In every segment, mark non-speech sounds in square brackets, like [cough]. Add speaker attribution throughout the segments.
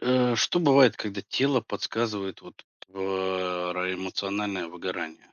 Speaker 1: Что бывает, когда тело подсказывает вот про эмоциональное выгорание?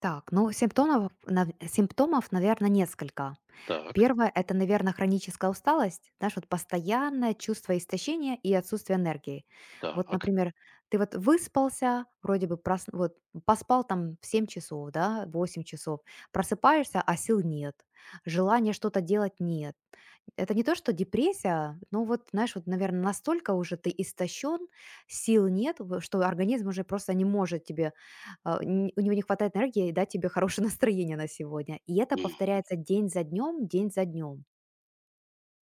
Speaker 2: Так, ну симптомов, наверное, несколько.
Speaker 1: Так,
Speaker 2: Первое — это, наверное, хроническая усталость, знаешь, вот постоянное чувство истощения и отсутствие энергии. Вот,
Speaker 1: так,
Speaker 2: например, ты вот выспался, вроде бы прос... вот, поспал там в 7 часов, да, 8 часов, просыпаешься, а сил нет, желания что-то делать нет, это не то, что депрессия, но вот, знаешь, вот, наверное, настолько уже ты истощен, сил нет, в- что организм уже просто не может тебе, у него не хватает энергии дать тебе хорошее [laughs] настроение на сегодня. И это
Speaker 1: м,
Speaker 2: повторяется день за днем, день за днем.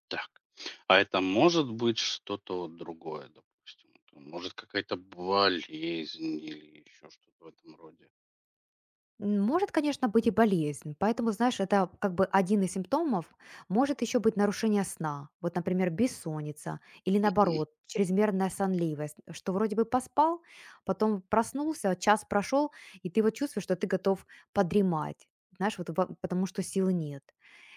Speaker 1: так. А это может быть что-то вот другое, допустим. Это может какая-то болезнь или еще что-то в этом роде.
Speaker 2: Может, конечно, быть и болезнь. Поэтому, знаешь, это как бы один из симптомов. Может еще быть нарушение сна. Вот, например, бессонница или,
Speaker 1: Мгм,
Speaker 2: наоборот, чрезмерная сонливость, что вроде бы поспал, потом проснулся, час прошел, и ты вот чувствуешь, что ты готов подремать. Знаешь, потому что сил нет.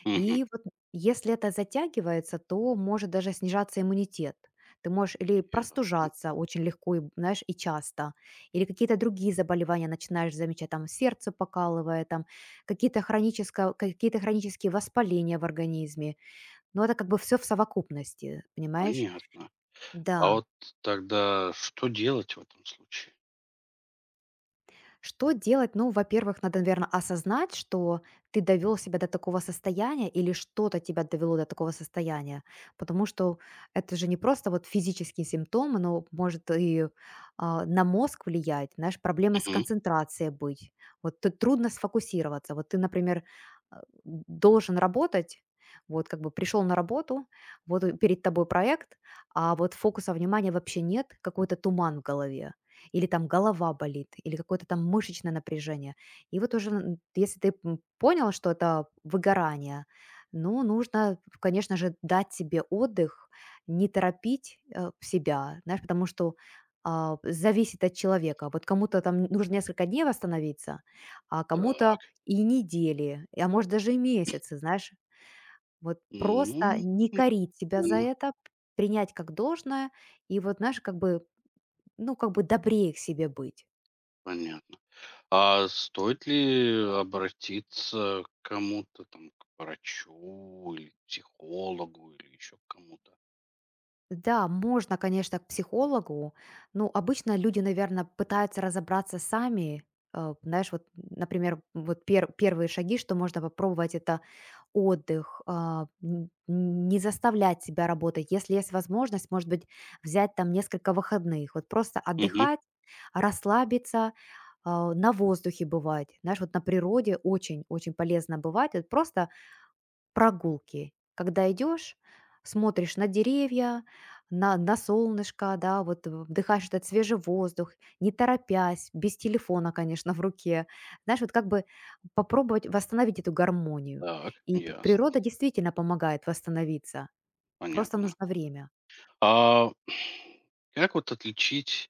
Speaker 1: мгм.
Speaker 2: И вот если это затягивается, то может даже снижаться иммунитет. Ты можешь или
Speaker 1: Я-
Speaker 2: простужаться очень легко, и, знаешь, и часто, или какие-то другие заболевания начинаешь замечать, там сердце покалывает, там какие-то хронические воспаления в организме. Но это как бы все в совокупности, понимаешь?
Speaker 1: Понятно. А
Speaker 2: Да.
Speaker 1: вот тогда что делать в этом случае?
Speaker 2: Что делать? Ну, во-первых, надо, наверное, осознать, что ты довел себя до такого состояния или что-то тебя довело до такого состояния, потому что это же не просто вот физические симптомы, но может и на мозг влиять, знаешь, проблемы с
Speaker 1: Мгм.
Speaker 2: концентрацией быть. Вот тут трудно сфокусироваться. Вот ты, например, должен работать, вот как бы пришел на работу, вот и перед тобой проект, а вот фокуса внимания вообще нет, какой-то туман в голове или там голова болит, или какое-то там мышечное напряжение. Если ты понял, что это выгорание, ну, нужно, конечно же, дать себе отдых, не торопить себя, знаешь, потому что зависит от человека. Вот кому-то там нужно несколько дней восстановиться, а кому-то
Speaker 1: Так.
Speaker 2: и недели, а может даже и месяцы, знаешь. Вот
Speaker 1: Ну,
Speaker 2: просто не корить себя за
Speaker 1: наверно,
Speaker 2: это, принять как должное, и вот, знаешь, как бы, ну, как бы добрее к себе быть.
Speaker 1: понятно. А стоит ли обратиться к кому-то там, к врачу или психологу, или еще к кому-то?
Speaker 2: Да, можно, конечно, к психологу. Ну, обычно люди, наверное, пытаются разобраться сами. Знаешь, вот, например, первые шаги, что можно попробовать, это отдых, не заставлять себя работать. Если есть возможность, может быть, взять там несколько выходных, вот просто
Speaker 1: Мгм.
Speaker 2: отдыхать, расслабиться, на воздухе бывать. Знаешь, вот на природе очень-очень полезно бывать. Вот просто прогулки, когда идешь, смотришь на деревья, на солнышко, да, вдыхаешь этот свежий воздух, не торопясь, без телефона, конечно, в руке. Знаешь, вот как бы попробовать восстановить эту гармонию.
Speaker 1: Так, ясно,
Speaker 2: Природа действительно помогает восстановиться, просто
Speaker 1: понятно.
Speaker 2: нужно время.
Speaker 1: А как вот отличить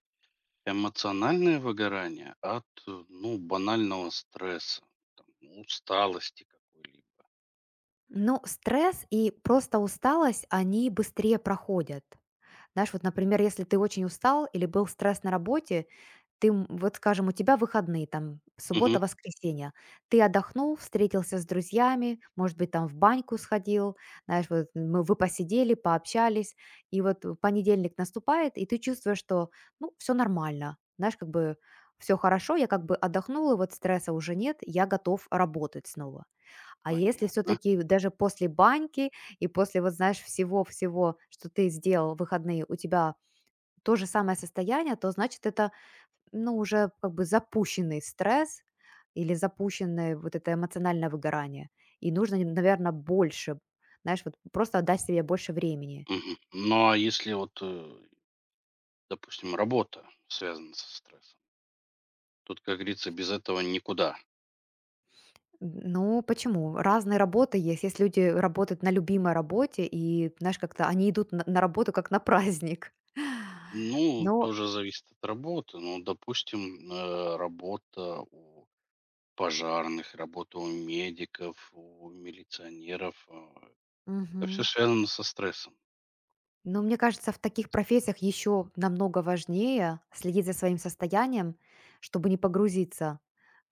Speaker 1: эмоциональное выгорание от, ну, банального стресса, там, ну, усталости какой-либо?
Speaker 2: Но стресс и просто усталость, они быстрее проходят. Знаешь, вот, например, если ты очень устал или был стресс на работе, ты, вот, скажем, у тебя выходные, там,
Speaker 1: Мгм.
Speaker 2: суббота, воскресенье. Ты отдохнул, встретился с друзьями, может быть, там в баньку сходил, знаешь, вот мы вы посидели, пообщались, и вот понедельник наступает, и ты чувствуешь, что, ну, все нормально, знаешь, как бы все хорошо, я как бы отдохнула, вот стресса уже нет, я готов работать снова. А если
Speaker 1: Понятно.
Speaker 2: все-таки даже после баньки и после, вот знаешь, всего-всего, что ты сделал в выходные, у тебя то же самое состояние, то значит это, ну, уже как бы запущенный стресс или запущенное вот это эмоциональное выгорание. И нужно, наверное, больше, знаешь, вот просто отдать себе больше времени.
Speaker 1: Мгм. Ну, а если вот, допустим, работа связана со стрессом? Тут, как говорится, без этого никуда.
Speaker 2: Ну, почему? Разные работы есть. Есть люди работают на любимой работе, и, знаешь, как-то они идут на работу как на праздник.
Speaker 1: Ну,
Speaker 2: [laughs]
Speaker 1: тоже зависит от работы. Ну, допустим, работа у пожарных, работа у медиков, у милиционеров. Это все
Speaker 2: Но,
Speaker 1: связано со стрессом.
Speaker 2: Но мне кажется, в таких профессиях еще намного важнее следить за своим состоянием, чтобы не погрузиться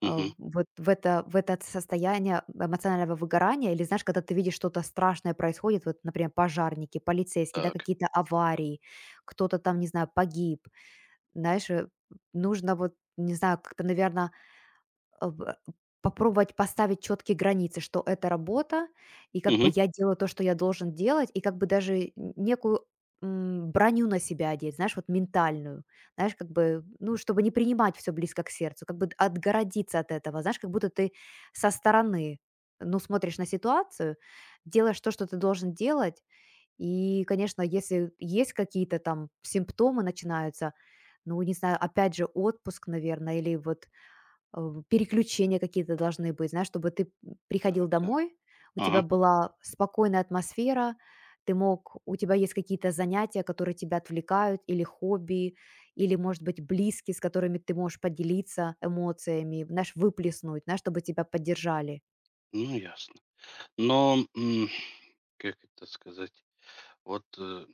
Speaker 1: Мгм.
Speaker 2: в это состояние эмоционального выгорания. Или, знаешь, когда ты видишь что-то страшное происходит, вот, например, пожарники, полицейские, да,
Speaker 1: Так.
Speaker 2: какие-то аварии, кто-то там, не знаю, погиб. Знаешь, нужно вот, не знаю, как-то, наверное, э, в э, попробовать поставить четкие границы, что это работа, и как бы
Speaker 1: Мгм.
Speaker 2: я делаю то, что я должен делать, и как бы даже некую броню на себя одеть, знаешь, вот ментальную, знаешь, как бы, ну, чтобы не принимать все близко к сердцу, как бы отгородиться от этого, знаешь, как будто ты со стороны, ну, смотришь на ситуацию, делаешь то, что ты должен делать, и, конечно, если есть какие-то там симптомы начинаются, ну, не знаю, опять же, отпуск, наверное, или вот э, переключения какие-то должны быть, знаешь, чтобы ты приходил
Speaker 1: Так, так.
Speaker 2: домой, у тебя
Speaker 1: Ага.
Speaker 2: была спокойная атмосфера, ты мог, у тебя есть какие-то занятия, которые тебя отвлекают, или хобби, или, может быть, близкие, с которыми ты можешь поделиться эмоциями, знаешь, выплеснуть, знаешь, чтобы тебя поддержали.
Speaker 1: Ну, ясно. Но, м, как это сказать, вот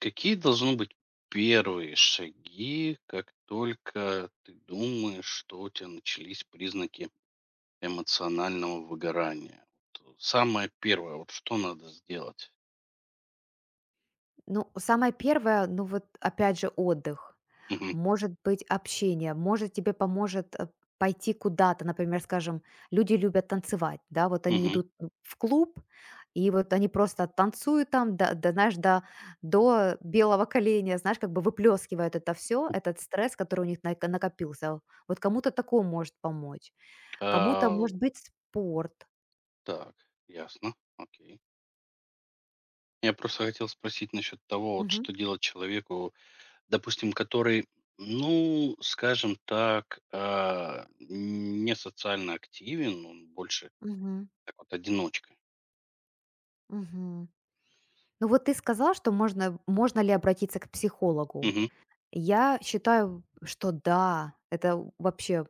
Speaker 1: какие должны быть первые шаги, как только ты думаешь, что у тебя начались признаки эмоционального выгорания. Вот, самое первое, вот что надо сделать?
Speaker 2: Ну, самое первое, ну вот опять же отдых,
Speaker 1: Мгм,
Speaker 2: может быть общение, может тебе поможет пойти куда-то, например, скажем, люди любят танцевать, да, вот они
Speaker 1: мгм.
Speaker 2: идут в клуб, и вот они просто танцуют там, да, да, знаешь, до, до белого коленя, знаешь, как бы выплескивают это все, этот стресс, который накопился. Вот кому-то такое может помочь, кому-то
Speaker 1: А,
Speaker 2: может быть спорт.
Speaker 1: так, ясно, окей. Я просто хотел спросить насчет того, вот
Speaker 2: Мгм.
Speaker 1: что делать человеку, допустим, который, ну, скажем так, не социально активен, он больше
Speaker 2: Мгм.
Speaker 1: так вот одиночка.
Speaker 2: Мгм. Ну вот ты сказал, что можно ли обратиться к психологу.
Speaker 1: Мгм.
Speaker 2: Я считаю, что да, это вообще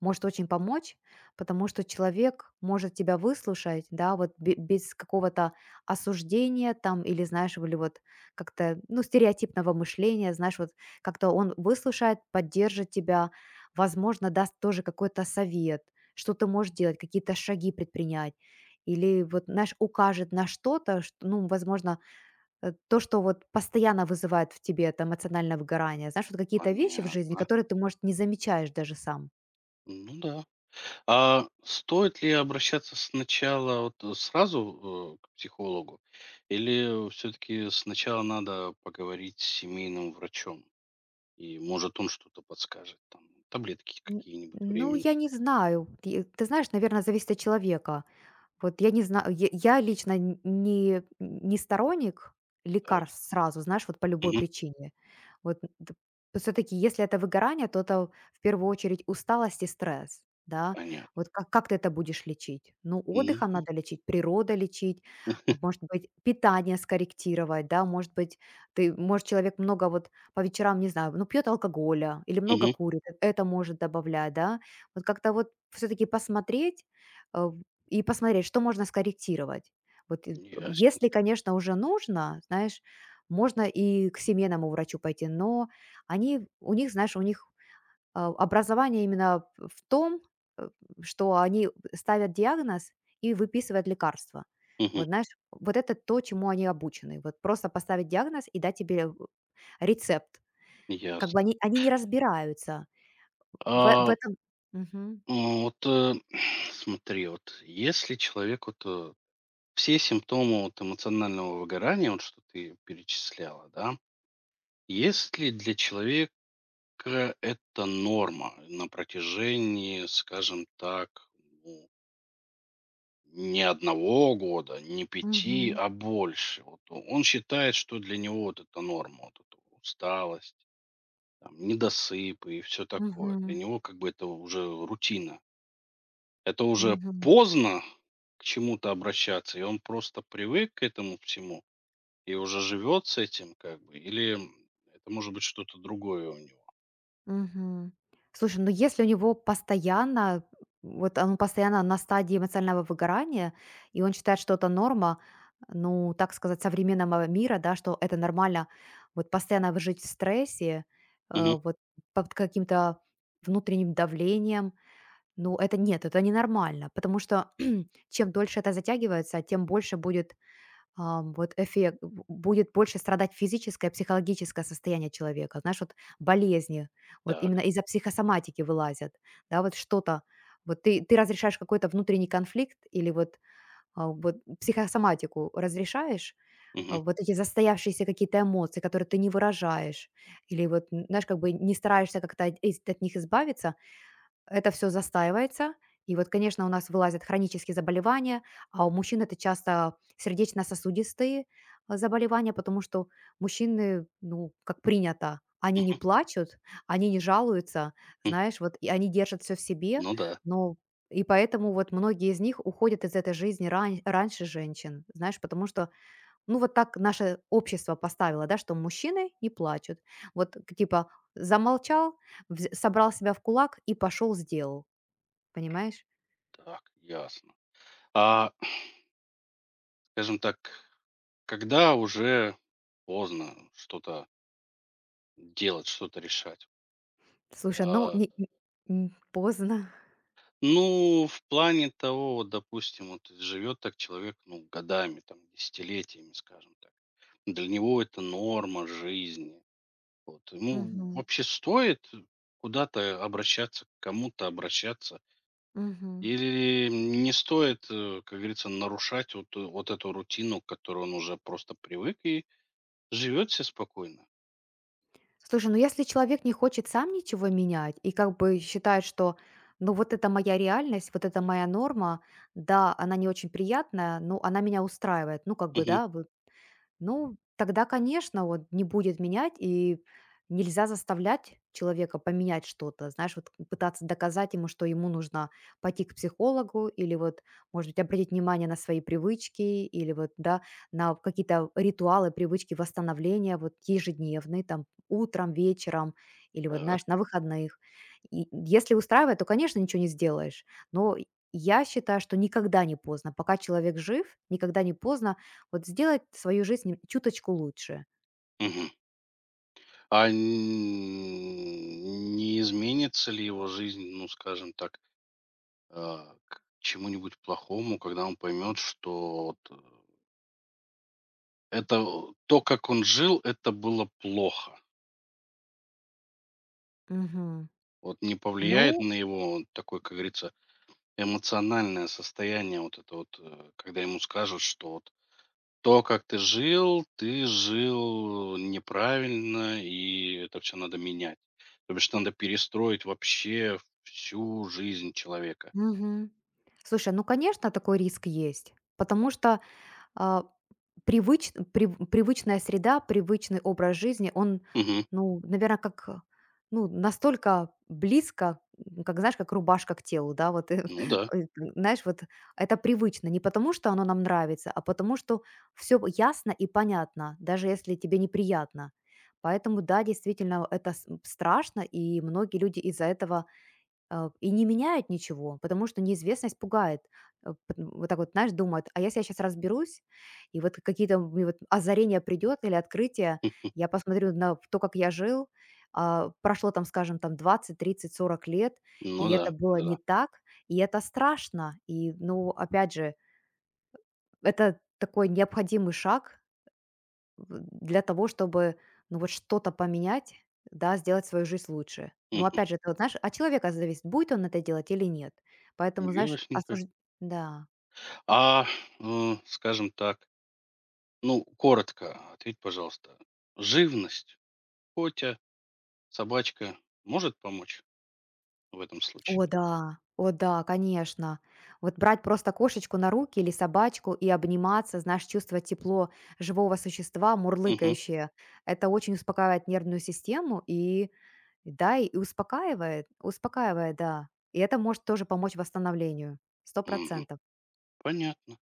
Speaker 2: может очень помочь, потому что человек может тебя выслушать, да, без какого-то осуждения там или, знаешь, или вот как-то, ну, стереотипного мышления, знаешь, вот как-то он выслушает, поддержит тебя, возможно, даст тоже какой-то совет, что ты можешь делать, какие-то шаги предпринять. Или вот, знаешь, укажет на что-то, что, ну, возможно, то, что вот постоянно вызывает в тебе это эмоциональное выгорание. Знаешь, вот какие-то вещи в жизни,
Speaker 1: Понятно.
Speaker 2: которые ты, может, не замечаешь даже сам.
Speaker 1: Ну да. А стоит ли обращаться сначала вот сразу, к психологу или все таки сначала надо поговорить с семейным врачом? И, может, он что-то подскажет, там, таблетки
Speaker 2: М.
Speaker 1: какие-нибудь
Speaker 2: Ну,
Speaker 1: временные.
Speaker 2: я не знаю. Ты знаешь, наверное, зависит от человека. Вот я не знаю, я лично н не сторонник
Speaker 1: Так,
Speaker 2: лекарств сразу, знаешь, вот по любой
Speaker 1: мгм,
Speaker 2: причине. Вот все таки если это выгорание, то это в первую очередь усталость и стресс, да.
Speaker 1: понятно.
Speaker 2: Вот как ты это будешь лечить? Ну, отдыхом
Speaker 1: Мгм.
Speaker 2: надо лечить, природа лечить,
Speaker 1: [laughs]
Speaker 2: может быть, питание скорректировать, да, может быть, человек много вот по вечерам, не знаю, ну, пьет алкоголя или много
Speaker 1: Мгм.
Speaker 2: курит, это может добавлять, да. Вот как-то вот все таки посмотреть, э и посмотреть, что можно скорректировать. Вот, и,
Speaker 1: Ясно.
Speaker 2: если, конечно, уже нужно, знаешь, можно и к семейному врачу пойти, но они, у них, знаешь, образование именно в том, э, что они ставят диагноз и выписывают лекарства.
Speaker 1: Мгм.
Speaker 2: Вот, знаешь, вот это то, чему они обучены. Вот просто поставить диагноз и дать рецепт. Как бы
Speaker 1: Ясно.
Speaker 2: они не разбираются в
Speaker 1: А,
Speaker 2: этом. Мгм.
Speaker 1: м, вот, [sniffs] [clears throat] смотри, вот если человек вот, все симптомы вот эмоционального выгорания, вот что ты перечисляла, да, есть ли для человека это норма на протяжении, скажем так, ну, не одного года, не пяти,
Speaker 2: Мгм.
Speaker 1: а больше. Вот он считает, что для него вот это норма, вот эта усталость, там, недосып и все такое. Для
Speaker 2: Мгм.
Speaker 1: него как бы это уже рутина. Это уже
Speaker 2: Мгм.
Speaker 1: поздно к чему-то обращаться, и он просто привык к этому всему и уже живет с этим как бы. Или это может быть что-то другое у него.
Speaker 2: Мгм. Слушай, ну если у него постоянно, вот он постоянно на стадии эмоционального выгорания, и он считает, что это норма, ну, так сказать, современного мира, да, что это нормально, жить в стрессе,
Speaker 1: Мгм.
Speaker 2: э, вот под каким-то внутренним давлением, ну, это нет, это ненормально, потому что [clears throat] чем дольше это затягивается, тем больше будет а, вот эффект б будет больше страдать физическое, психологическое состояние человека. Знаешь, вот болезни, вот
Speaker 1: Так.
Speaker 2: именно из-за психосоматики вылазят, да, вот что-то. Вот ты разрешаешь какой-то внутренний конфликт или вот, вот психосоматику разрешаешь,
Speaker 1: Мгм.
Speaker 2: вот эти застоявшиеся какие-то эмоции, которые ты не выражаешь, или вот, н знаешь, как бы не стараешься как-то от них избавиться, это все застаивается. И вот, конечно, у нас вылазят хронические заболевания, а у мужчин это часто сердечно-сосудистые, заболевания, потому что мужчины, ну, как принято, они не плачут, они не жалуются,
Speaker 1: М.
Speaker 2: знаешь, вот, и они держат все в себе,
Speaker 1: Ну да.
Speaker 2: но и поэтому вот многие из них уходят из этой жизни раньше женщин, знаешь, потому что ну, вот так наше общество поставило, да, что мужчины не плачут. Вот к типа замолчал, вз собрал себя в кулак и пошел сделал, понимаешь?
Speaker 1: Так, ясно. А, скажем так, когда уже поздно что-то делать, что-то решать?
Speaker 2: Слушай, ну
Speaker 1: А,
Speaker 2: не не поздно.
Speaker 1: ну, в плане того, вот, допустим, вот живет так человек, ну, годами, там, десятилетиями, скажем так. Для него это норма жизни. Вот. Ему
Speaker 2: Мгм,
Speaker 1: вообще стоит куда-то обращаться, к кому-то обращаться?
Speaker 2: мгм.
Speaker 1: Или не стоит, как говорится, нарушать вот, вот эту рутину, к которой он уже просто привык, и живет все спокойно?
Speaker 2: Слушай, ну если человек не хочет сам ничего менять и как бы считает, что ну вот это моя реальность, вот это моя норма, да, она не очень приятная, но она меня устраивает. Ну, как бы,
Speaker 1: Мгм.
Speaker 2: да. Ну, тогда, конечно, вот не будет менять, и нельзя заставлять человека поменять что-то. Знаешь, вот пытаться доказать ему, что ему нужно пойти к психологу, или вот, может быть, обратить внимание на свои привычки, или вот, да, на какие-то ритуалы, привычки восстановления, вот ежедневные, там, утром, вечером, или вот,
Speaker 1: Так.
Speaker 2: знаешь, на выходных. И если устраивает, то, конечно, ничего не сделаешь, но я считаю, что никогда не поздно. Пока человек жив, никогда не поздно вот сделать свою жизнь н чуточку лучше.
Speaker 1: Мгм. А н не изменится ли его жизнь, ну, скажем так, к чему-нибудь плохому, когда он поймет, что вот, это о то, как он жил, это было плохо?
Speaker 2: Мгм.
Speaker 1: Вот не повлияет
Speaker 2: Ну
Speaker 1: на его вот такое, как говорится, эмоциональное состояние вот это вот, когда ему скажут, что вот то, как ты жил неправильно, и это все надо менять. То бишь надо перестроить вообще всю жизнь человека.
Speaker 2: Мгм. Слушай, ну, конечно, такой риск есть, потому что, а, привычная среда, привычный образ жизни, он,
Speaker 1: Мгм.
Speaker 2: ну, наверное, как, ну, настолько близко, как, знаешь, как рубашка к телу, да, вот,
Speaker 1: Ну
Speaker 2: [laughs]
Speaker 1: да.
Speaker 2: э, знаешь, вот это привычно не потому, что оно нам нравится, а потому, что все ясно и понятно, даже если тебе неприятно. Поэтому да, действительно, это с страшно, и многие люди из-за этого не меняют ничего, потому что неизвестность пугает. Э, пот Вот так вот, знаешь, думают: "А если я сейчас разберусь, и вот какие-то мне вот озарение придет или открытие,
Speaker 1: М.
Speaker 2: я посмотрю на то, как я жил, прошло там, скажем, там 20, 30, 40 лет,
Speaker 1: Ну
Speaker 2: и
Speaker 1: да,
Speaker 2: это было не
Speaker 1: да-да.
Speaker 2: так". И это страшно. И, ну, опять же, это такой необходимый шаг, в для того, чтобы, ну, вот что-то поменять, да, сделать свою жизнь лучше. Но
Speaker 1: Мгм.
Speaker 2: опять же, ты вот, знаешь, от человека зависит, будет он это делать или нет. Поэтому, знаешь,
Speaker 1: Ясненько.
Speaker 2: осуж Да.
Speaker 1: А, скажем так, ну, коротко ответь, пожалуйста, живность, котя, собачка может помочь в этом случае?
Speaker 2: О да, о да, конечно. Вот брать просто кошечку на руки или собачку и обниматься, знаешь, чувствовать тепло живого существа,
Speaker 1: Мгм.
Speaker 2: мурлыкающее. Это очень успокаивает нервную систему и, да, и успокаивает, успокаивает, да. И это может тоже помочь восстановлению, сто
Speaker 1: Мгм.
Speaker 2: процентов
Speaker 1: Понятно.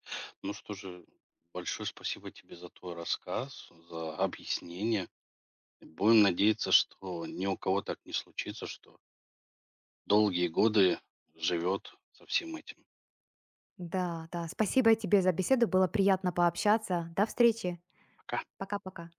Speaker 1: Ну что же, большое спасибо тебе за твой рассказ, за объяснение. Будем надеяться, что ни у кого так не случится, что долгие годы живет со всем этим.
Speaker 2: Да, да. Спасибо тебе за беседу. Было приятно пообщаться. До встречи.
Speaker 1: Пока.
Speaker 2: Пока-пока.